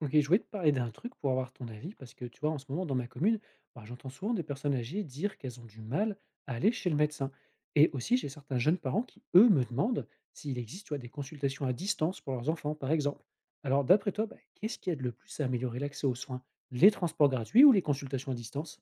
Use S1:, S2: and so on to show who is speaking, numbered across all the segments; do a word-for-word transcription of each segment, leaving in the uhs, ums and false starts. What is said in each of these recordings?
S1: OK, je voulais te parler d'un truc pour avoir ton avis parce que, tu vois, en ce moment, dans ma commune, bah, j'entends souvent des personnes âgées dire qu'elles ont du mal à aller chez le médecin. Et aussi, j'ai certains jeunes parents qui, eux, me demandent s'il existe, tu vois, des consultations à distance pour leurs enfants, par exemple. Alors, d'après toi, bah, qu'est-ce qui aide le plus à améliorer l'accès aux soins? Les transports gratuits ou les consultations à distance?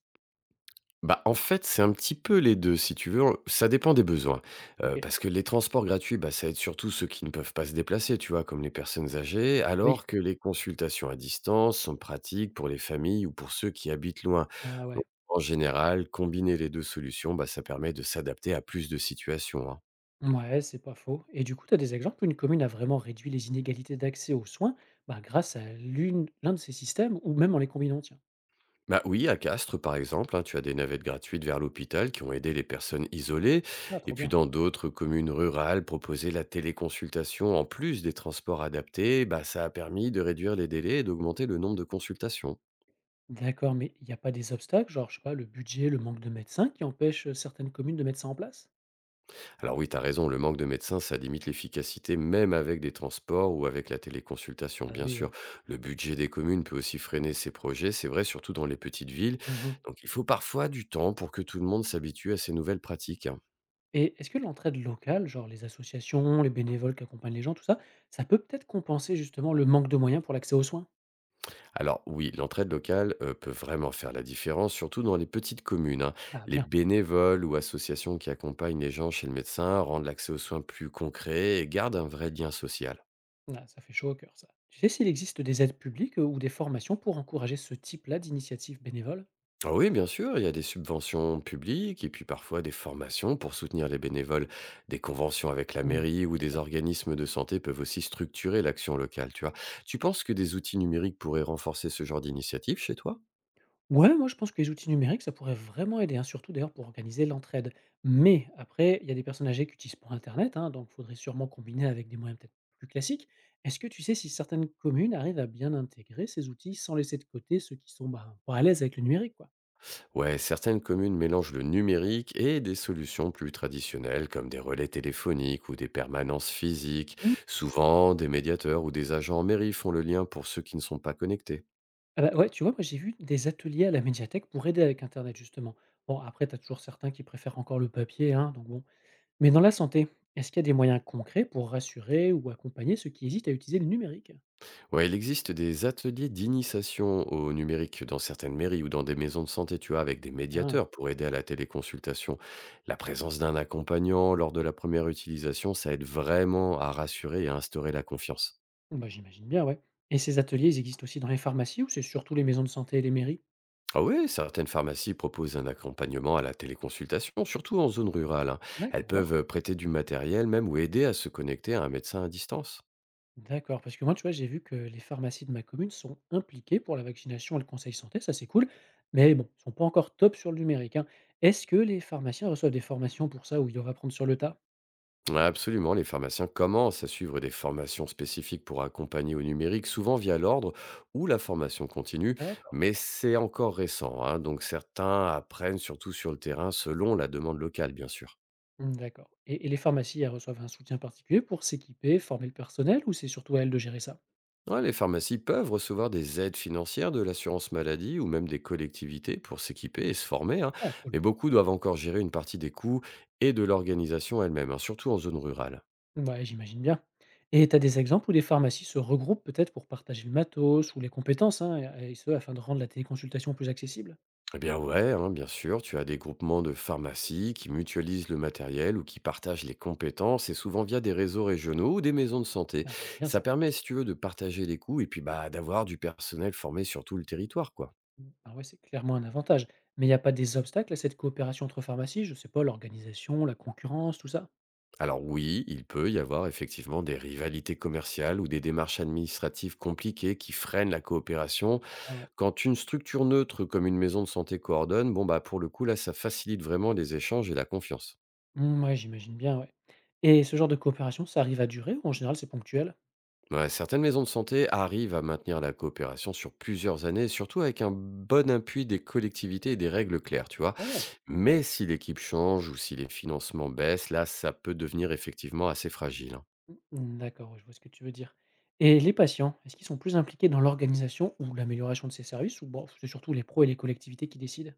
S2: Bah, en fait, c'est un petit peu les deux si tu veux, ça dépend des besoins, heu,
S1: OK.
S2: parce que les transports gratuits, bah, ça aide surtout ceux qui ne peuvent pas se déplacer, tu vois? Comme les personnes âgées,
S1: Ah oui.
S2: alors que les consultations à distance sont pratiques pour les familles ou pour ceux qui habitent loin.
S1: Ah
S2: Donc
S1: ouais.
S2: en général, combiner les deux solutions, bah, ça permet de s'adapter à plus de situations, hein.
S1: Ouais, c'est pas faux. Et du coup, tu as des exemples où une commune a vraiment réduit les inégalités d'accès aux soins bah, grâce à l'une, l'un de ces systèmes ou même en les combinant, tiens.
S2: Bah oui, à Castres, par exemple, hein, tu as des navettes gratuites vers l'hôpital qui ont aidé les personnes isolées.
S1: Ah,
S2: Et
S1: trop
S2: puis
S1: bien.
S2: dans d'autres communes rurales, proposer la téléconsultation en plus des transports adaptés, bah, ça a permis de réduire les délais et d'augmenter le nombre de consultations.
S1: D'accord, mais il n'y a pas des obstacles, genre, je sais pas, le budget, le manque de médecins qui empêchent, certaines communes de mettre ça en place?
S2: Alors oui, tu as raison, le manque de médecins, ça limite l'efficacité même avec des transports ou avec la téléconsultation.
S1: Ah
S2: Bien
S1: oui,
S2: sûr,
S1: hein.
S2: le budget des communes peut aussi freiner ces projets, c'est vrai, surtout dans les petites villes.
S1: Mmh.
S2: Donc il faut parfois du temps pour que tout le monde s'habitue à ces nouvelles pratiques, hein.
S1: Et est-ce que l'entraide locale, genre les associations, les bénévoles qui accompagnent les gens, tout ça, ça peut peut-être compenser justement le manque de moyens pour l'accès aux soins?
S2: Alors oui, l'entraide locale euh, peut vraiment faire la différence, surtout dans les petites communes, hein.
S1: Ah
S2: Les
S1: bien.
S2: bénévoles ou associations qui accompagnent les gens chez le médecin rendent l'accès aux soins plus concret et gardent un vrai lien social.
S1: Ah, ça fait chaud au cœur ça. Tu sais s'il existe des aides publiques, heu, ou des formations pour encourager ce type-là d'initiatives bénévoles?
S2: Ah oui, bien sûr, il y a des subventions publiques et puis parfois des formations pour soutenir les bénévoles. Des conventions avec la
S1: Mmh,
S2: mairie
S1: ça
S2: ou
S1: c'est
S2: des
S1: bien.
S2: organismes de santé peuvent aussi structurer l'action locale, tu vois. Tu penses que des outils numériques pourraient renforcer ce genre d'initiative chez toi?
S1: Ouais, moi je pense que les outils numériques, ça pourrait vraiment aider, hein, surtout d'ailleurs pour organiser l'entraide. Mais après, il y a des personnes âgées qui utilisent pour Internet, hein, donc il faudrait sûrement combiner avec des moyens peut-être plus classiques. Est-ce que tu sais si certaines communes arrivent à bien intégrer ces outils sans laisser de côté ceux qui sont bah, pas à l'aise avec le numérique, quoi?
S2: Ouais, certaines communes mélangent le numérique et des solutions plus traditionnelles comme des relais téléphoniques ou des permanences physiques.
S1: Hmm.
S2: Souvent, des médiateurs ou des agents en mairie font le lien pour ceux qui ne sont pas connectés.
S1: Ah bah ouais, tu vois, moi j'ai vu des ateliers à la médiathèque pour aider avec Internet, justement. Bon, après, tu as toujours certains qui préfèrent encore le papier, hein, donc bon. Mais dans la santé, est-ce qu'il y a des moyens concrets pour rassurer ou accompagner ceux qui hésitent à utiliser le numérique?
S2: Ouais, il existe des ateliers d'initiation au numérique dans certaines mairies ou dans des maisons de santé, tu vois, avec des
S1: Bien.
S2: médiateurs pour aider à la téléconsultation. La présence d'un accompagnant lors de la première utilisation, ça aide vraiment à rassurer et à instaurer la confiance.
S1: Bah, j'imagine bien, ouais. Et ces ateliers, ils existent aussi dans les pharmacies ou c'est surtout les maisons de santé et les mairies?
S2: Ah oui, certaines pharmacies proposent un accompagnement à la téléconsultation, surtout en zone rurale, hein. Elles peuvent
S1: D'accord.
S2: euh, prêter du matériel même ou aider à se connecter à un médecin à distance.
S1: D'accord, parce que moi, tu vois, j'ai vu que les pharmacies de ma commune sont impliquées pour la vaccination et le conseil santé, ça c'est cool, mais bon, ils sont pas encore top sur le numérique, hein. Est-ce que les pharmaciens reçoivent des formations pour ça où ils doivent apprendre sur le tas?
S2: Ouais, absolument, les pharmaciens commencent à suivre des formations spécifiques pour accompagner au numérique, souvent via l'ordre ou la formation continue,
S1: D'accord.
S2: mais c'est encore récent, hein, donc certains apprennent surtout sur le terrain selon la demande locale, bien sûr.
S1: Hmm, d'accord. Et, et les pharmacies, elles reçoivent un soutien particulier pour s'équiper, former le personnel ou c'est surtout à elles de gérer ça?
S2: Ouais, les pharmacies peuvent recevoir des aides financières de l'assurance maladie ou même des collectivités pour s'équiper et se former, hein,
S1: Ah,
S2: mais
S1: cool.
S2: beaucoup doivent encore gérer une partie des coûts et de l'organisation elle-même, hein, surtout en zone rurale.
S1: Ouais, j'imagine bien. Et tu as des exemples où les pharmacies se regroupent peut-être pour partager le matos ou les compétences, hein, et et ce, afin de rendre la téléconsultation plus accessible?
S2: Eh bien ouais, hein, bien sûr, tu as des groupements de pharmacies qui mutualisent le matériel ou qui partagent les compétences et souvent via des réseaux régionaux ou des maisons de santé.
S1: Ah, bien
S2: Ça
S1: ça.
S2: permet, si tu veux, de partager les coûts et puis bah, d'avoir du personnel formé sur tout le territoire, quoi.
S1: Mmh. Ah ouais, c'est clairement un avantage. Mais il y a pas des obstacles à cette coopération entre pharmacies? Je sais pas, l'organisation, la concurrence, tout ça?
S2: Alors oui, il peut y avoir effectivement des rivalités commerciales ou des démarches administratives compliquées qui freinent la coopération.
S1: Ah ouais.
S2: Quand une structure neutre comme une maison de santé coordonne, bon bah pour le coup là ça facilite vraiment les échanges et la confiance.
S1: Mmh, ouais, j'imagine bien, ouais. Et ce genre de coopération, ça arrive à durer ou en général c'est ponctuel?
S2: Ouais, certaines maisons de santé arrivent à maintenir la coopération sur plusieurs années, surtout avec un bon appui des collectivités et des règles claires, tu vois.
S1: Ah ouais.
S2: Mais si l'équipe change ou si les financements baissent, là ça peut devenir effectivement assez fragile, hein.
S1: Mmh, d'accord, ouais, je vois ce que tu veux dire. Et les patients, est-ce qu'ils sont plus impliqués dans l'organisation ou l'amélioration de ces services, ou bon, c'est surtout les pros et les collectivités qui décident?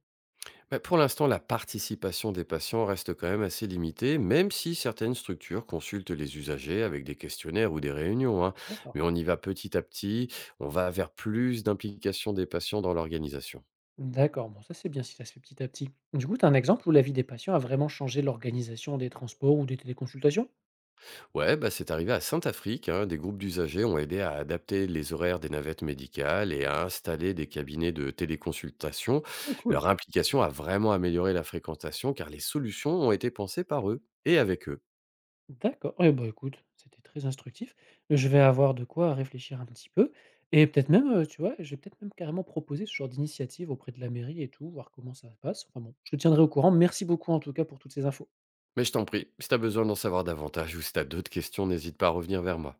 S2: Bah, pour l'instant, la participation des patients reste quand même assez limitée, même si certaines structures consultent les usagers avec des questionnaires ou des réunions, hein. Mais
S1: D'accord.
S2: on y va petit à petit, on va vers plus d'implication des patients dans l'organisation.
S1: D'accord, bon ça c'est bien si ça se fait petit à petit. Du coup, tu as un exemple où l'avis des patients a vraiment changé l'organisation des transports ou des téléconsultations?
S2: Ouais, bah, c'est arrivé à Sainte-Afrique, hein, des groupes d'usagers ont aidé à adapter les horaires des navettes médicales et à installer des cabinets de téléconsultation.
S1: Ah cool.
S2: Leur implication a vraiment amélioré la fréquentation car les solutions ont été pensées par eux et avec eux.
S1: D'accord. Eh bah écoute, c'était très instructif. Je vais avoir de quoi réfléchir un petit peu et peut-être même, heu, tu vois, je vais peut-être même carrément proposer ce genre d'initiative auprès de la mairie et tout, voir comment ça se passe. Enfin bon, je te tiendrai au courant. Merci beaucoup en tout cas pour toutes ces infos.
S2: Mais je t'en prie, si tu as besoin d'en savoir davantage ou si tu as d'autres questions, n'hésite pas à revenir vers moi.